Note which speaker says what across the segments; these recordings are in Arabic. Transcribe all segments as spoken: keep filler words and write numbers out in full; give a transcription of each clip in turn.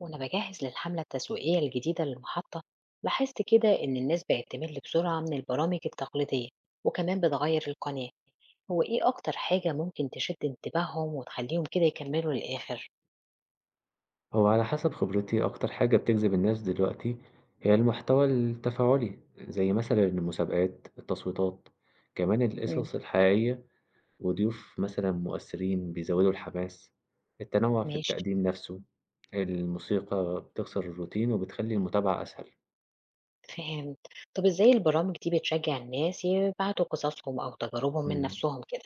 Speaker 1: وأنا بجهز للحملة التسويقية الجديدة للمحطة، لاحظت كده إن الناس بقت تمل بسرعة من البرامج التقليدية، وكمان بتغير القناة. هو إيه أكتر حاجة ممكن تشد انتباههم وتخليهم كده يكملوا للآخر؟
Speaker 2: هو على حسب خبرتي، أكتر حاجة بتجذب الناس دلوقتي هي المحتوى التفاعلي، زي مثلا المسابقات، التصويتات، كمان
Speaker 1: مم.
Speaker 2: القصص الحقيقية، وضيوف مثلا مؤثرين بيزودوا الحماس. التنوع في
Speaker 1: ماشي.
Speaker 2: التقديم نفسه، الموسيقى بتكسر الروتين وبتخلي المتابعة أسهل.
Speaker 1: فهمت. طب إزاي البرامج دي بتشجع الناس يبعتوا قصصهم أو تجاربهم من
Speaker 2: مم.
Speaker 1: نفسهم كده؟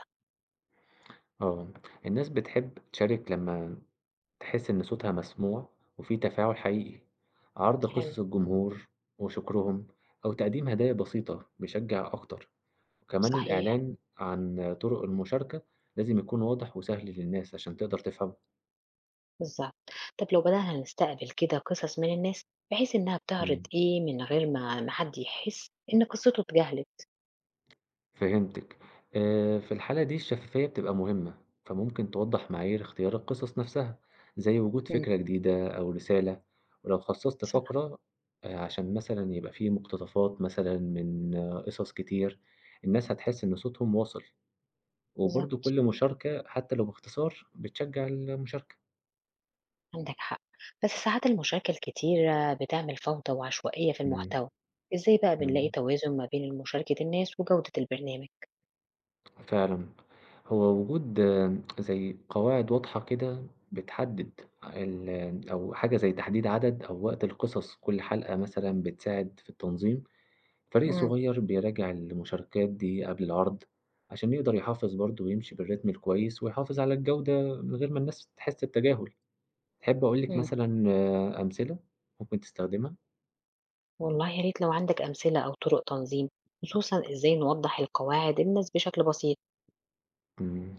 Speaker 2: اه، الناس بتحب تشارك لما تحس إن صوتها مسموع، وفي تفاعل حقيقي. عرض
Speaker 1: حلو.
Speaker 2: قصص الجمهور وشكرهم أو تقديم هدايا بسيطة بيشجع أكتر. وكمان
Speaker 1: صحيح.
Speaker 2: الإعلان عن طرق المشاركة لازم يكون واضح وسهل للناس عشان تقدر تفهمه.
Speaker 1: بالظبط. طب لو بدأنا نستقبل كده قصص من الناس، بحيث إنها بتعرض
Speaker 2: مم.
Speaker 1: إيه من غير ما ما حد يحس إن قصته اتجاهلت.
Speaker 2: فهمتك. آه، في الحالة دي الشفافية بتبقى مهمة، فممكن توضح معايير اختيار القصص نفسها، زي وجود
Speaker 1: مم.
Speaker 2: فكرة جديدة أو رسالة. ولو خصصت
Speaker 1: صح.
Speaker 2: فقرة آه، عشان مثلا يبقى فيه مقتطفات مثلا من آه، قصص كتير، الناس هتحس إن صوتهم واصل، وبرضه
Speaker 1: بالظبط.
Speaker 2: كل مشاركة حتى لو باختصار بتشجع المشاركة.
Speaker 1: عندك حق. بس ساعات المشاكل كتيرة بتعمل فوضى وعشوائية في
Speaker 2: مم.
Speaker 1: المحتوى. ازاي بقى بنلاقي
Speaker 2: مم.
Speaker 1: توازن ما بين مشاركة الناس وجودة البرنامج؟
Speaker 2: فعلًا، هو وجود آه، زي قواعد واضحة كده بتحدد ال أو حاجة زي تحديد عدد أو وقت القصص كل حلقة مثلًا بتساعد في التنظيم. فريق
Speaker 1: مم.
Speaker 2: صغير بيراجع المشاركات دي قبل العرض عشان يقدر يحافظ برضه ويمشي بالريتم الكويس ويحافظ على الجودة من غير ما الناس تحس بتجاهل. تحب أقول لِك
Speaker 1: مم.
Speaker 2: مثلًا آه، أمثلة ممكن تستخدمها؟
Speaker 1: والله يا ريت لو عندك أمثلة أو طرق تنظيم، خصوصا ازاي نوضح القواعد للناس بشكل بسيط.
Speaker 2: إمم،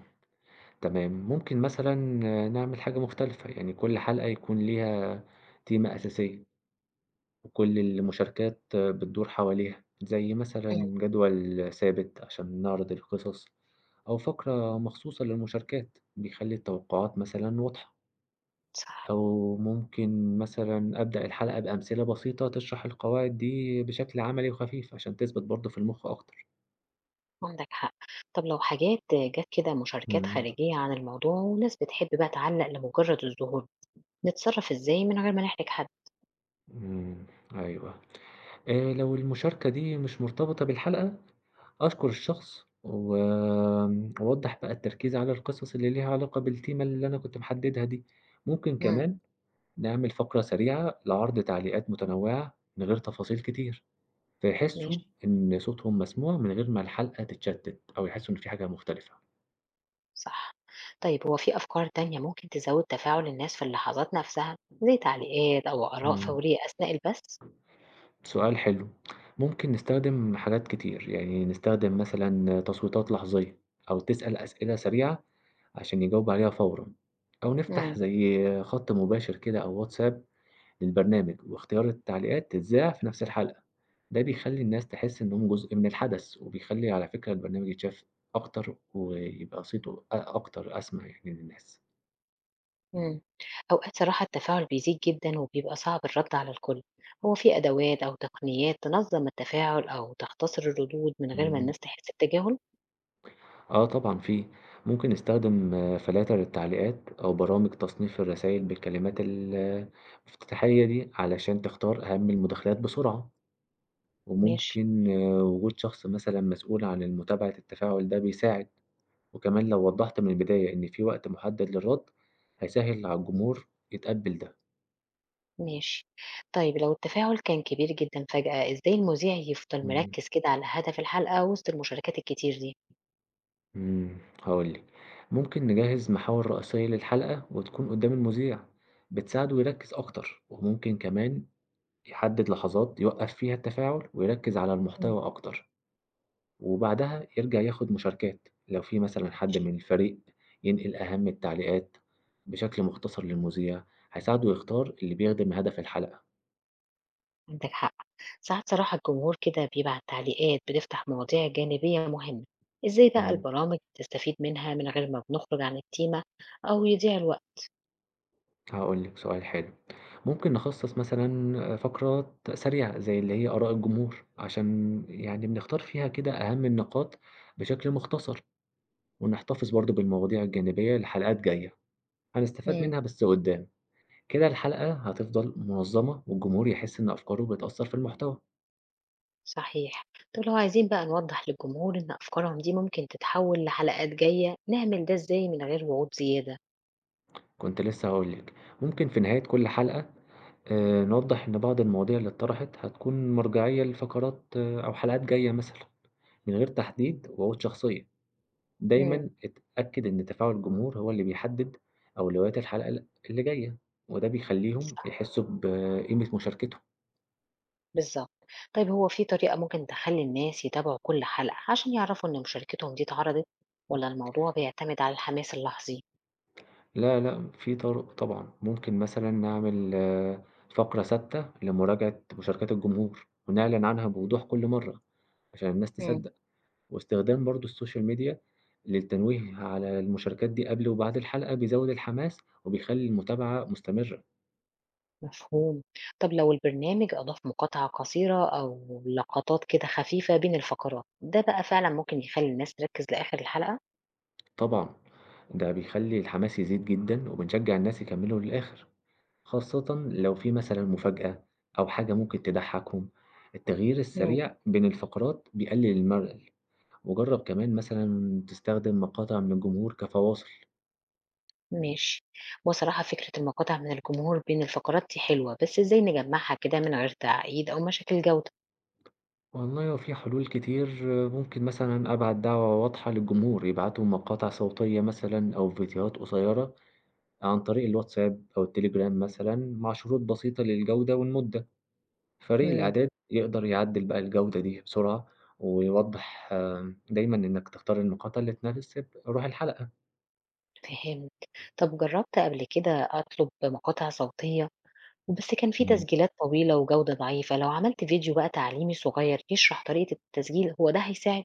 Speaker 2: تمام، ممكن مثلًا آه، نعمل حاجة مختلفة، يعني كل حلقة يكون ليها تيمة أساسية. وكل المشاركات بتدور حواليها، زي مثلا
Speaker 1: مم.
Speaker 2: جدول ثابت عشان نعرض القصص، أو فقرة مخصوصة للمشاركات بيخلي التوقعات مثلا واضحة.
Speaker 1: صح.
Speaker 2: أو ممكن مثلا أبدأ الحلقة بأمثلة بسيطة تشرح القواعد دي بشكل عملي وخفيف عشان تثبت برضه في المخ أكتر.
Speaker 1: عندك حق. طب لو حاجات جت كده مشاركات
Speaker 2: مم.
Speaker 1: خارجية عن الموضوع وناس بتحب بقى تعلق لمجرد الظهور، نتصرف ازاي من غير ما نحرج حد؟
Speaker 2: مم. أيوه، آه لو المشاركة دي مش مرتبطة بالحلقة، أشكر الشخص وأوضّح بقى التركيز على القصص اللي ليها علاقة بالتيمة اللي أنا كنت محددها دي. ممكن
Speaker 1: مم.
Speaker 2: كمان نعمل فقرة سريعة لعرض تعليقات متنوعة من غير تفاصيل كتير، فيحسوا
Speaker 1: ماشي.
Speaker 2: إن صوتهم مسموع من غير ما الحلقة تتشتت أو يحسوا إن في حاجة مختلفة.
Speaker 1: صح. طيب هو في أفكار تانية ممكن تزوّد تفاعل الناس في اللحظات نفسها، زي تعليقات أو آراء
Speaker 2: إمم،
Speaker 1: فورية أثناء البث؟
Speaker 2: سؤال حلو، ممكن نستخدم حاجات كتير، يعني نستخدم مثلًا تصويتات لحظية أو تسأل أسئلة سريعة عشان يجاوبوا عليها فورًا، أو نفتح
Speaker 1: إمم،
Speaker 2: زي خط مباشر كده أو واتساب للبرنامج، واختيار التعليقات تتذاع في نفس الحلقة. ده بيخلّي الناس تحس إنهم جزء من الحدث، وبيخلّي على فكرة البرنامج يتشاف أكتر، ويبقى صيته أ أكتر أسمع يعني للناس.
Speaker 1: إمم. أوقات صراحة التفاعل بيزيد جدًا وبيبقى صعب الرد على الكل، هو في أدوات أو تقنيات تنظّم التفاعل أو تختصر الردود من غير ما
Speaker 2: إمم.
Speaker 1: الناس تحس بتجاهل؟
Speaker 2: آه طبعًا في، ممكن نستخدم آه، فلاتر التعليقات أو برامج تصنيف الرسايل بالكلمات ال- المفتتحية دي علشان تختار أهم المداخلات بسرعة،
Speaker 1: ماشي،
Speaker 2: وممكن آه، وجود شخص مثلًا مسؤول عن متابعة التفاعل ده بيساعد. وكمان لو وضّحت من البداية إن في وقت محدد للرد، هيسهِّل على الجمهور يتقبّل ده.
Speaker 1: ماشي. طيب لو التفاعل كان كبير جدًا فجأة، إزاي المذيع يفضل
Speaker 2: إمم.
Speaker 1: مركّز كده على هدف الحلقة وسط المشاركات الكتير دي؟
Speaker 2: إمم، هاقول لِك، ممكن نجهّز محاور رئيسية للحلقة وتكون قدّام المذيع، بتساعده يركّز أكتر. وممكن كمان يحدد لحظات يوقّف فيها التفاعل ويركّز على
Speaker 1: إمم،
Speaker 2: المحتوى أكتر، وبعدها يرجع ياخد مشاركات. لو في مثلًا حد
Speaker 1: ماشي.
Speaker 2: من الفريق ينقل أهم التعليقات بشكل مختصر للمذيع، هيساعده يختار اللي بيخدم هدف الحلقة.
Speaker 1: عندك حق. ساعات صراحة الجمهور كده بيبعت تعليقات بتفتح مواضيع جانبية مهمة، ازاي بقى
Speaker 2: إمم.
Speaker 1: البرامج تستفيد منها من غير ما بنخرج عن التيمة أو يضيع الوقت؟
Speaker 2: هاقول لِك سؤال حلو، ممكن نخصص مثلًا فقرات سريعة زي اللي هي آراء الجمهور، عشان يعني بنختار فيها كده أهم النقاط بشكل مختصر، ونحتفظ برضه بالمواضيع الجانبية لحلقات جاية، هنستفاد
Speaker 1: مم.
Speaker 2: منها بس قدّام. كده الحلقة هتفضل منظمة والجمهور يحس إن أفكاره بتأثر في المحتوى.
Speaker 1: صحيح. طب لو عايزين بقى نوضح للجمهور إن أفكارهم دي ممكن تتحول لحلقات جاية، نعمل ده ازاي من غير وعود زيادة؟
Speaker 2: كنت لسه هاقول لِك، ممكن في نهاية كل حلقة آآ نوضح إن بعض المواضيع اللي اتطرحت هتكون مرجعية لفقرات آه، أو حلقات جاية مثلًا، من غير تحديد وعود شخصية.
Speaker 1: مم.
Speaker 2: دايمًا اتأكد إن تفاعل الجمهور هو اللي بيحدد أولويات الحلقة ال اللي جاية، وده بيخلّيهم
Speaker 1: صح.
Speaker 2: يحسّوا بقيمة مشاركتهم.
Speaker 1: بالظبط. طيب هو في طريقة ممكن تخلي الناس يتابعوا كل حلقة عشان يعرفوا إن مشاركتهم دي اتعرضت، ولا الموضوع بيعتمد على الحماس اللحظي؟
Speaker 2: لا، لأ، في طرق طبعًا. ممكن مثلًا نعمل آه، فقرة ثابتة لمراجعة مشاركات الجمهور، ونعلن عنها بوضوح كل مرة عشان الناس تصدّق. واستخدام برضه السوشيال ميديا للتنويه على المشاركات دي قبل وبعد الحلقة بيزوّد الحماس وبيخلّي المتابعة مستمرة.
Speaker 1: مفهوم. طب لو البرنامج أضاف مقاطعة قصيرة أو لقطات كده خفيفة بين الفقرات، ده بقى فعلًا ممكن يخلّي الناس تركّز لآخر الحلقة؟
Speaker 2: طبعًا، ده بيخلّي الحماس يزيد جدًا وبنشجّع الناس يكمّلوا للآخر. خاصةً لو في مثلًا مفاجأة أو حاجة ممكن تضحّكهم، التغيير
Speaker 1: إمم،
Speaker 2: السريع بين الفقرات بيقلل الملل. وجرّب كمان مثلًا تستخدم مقاطع من الجمهور كفواصل.
Speaker 1: ماشي. بصراحة فكرة المقاطع من الجمهور بين الفقرات دي حلوة، بس إزاي نجمّعها كده من غير تعقيد أو مشاكل جودة؟
Speaker 2: والله هو في حلول كتير. آه، ممكن مثلًا أبعت دعوة واضحة للجمهور يبعتوا مقاطع صوتية مثلًا أو فيديوهات قصيرة عن طريق الواتساب أو التليجرام مثلًا مع شروط بسيطة للجودة والمدة. فريق
Speaker 1: إمم،
Speaker 2: الإعداد يقدر يعدّل بقى الجودة دي بسرعة، ويوضّح آم، دايمًا إنك تختار النقاط اللي تناسب روح الحلقة.
Speaker 1: فهمت. طب جرّبت قبل كده أطلب مقاطع صوتية، وبس كان في
Speaker 2: إمم.
Speaker 1: تسجيلات طويلة وجودة ضعيفة، لو عملت فيديو بقى تعليمي صغير يشرح طريقة التسجيل هو ده هيساعد؟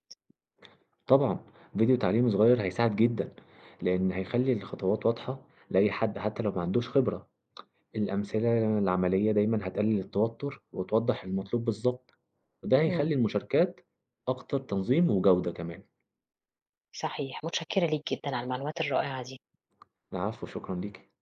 Speaker 2: طبعًا. فيديو تعليمي صغير هيساعد جدًا، لإن هيخلّي الخطوات واضحة لأي حد حتى لو ما عندوش خبرة. الأمثلة العملية دايمًا هتقلل التوتر وتوضّح المطلوب بالضبط، وده هيخلّي
Speaker 1: إمم.
Speaker 2: المشاركات أكتر تنظيم وجودة كمان.
Speaker 1: صحيح، متشكرة ليك جدًا على المعلومات الرائعة دي.
Speaker 2: العفو، شكرًا ليكِ.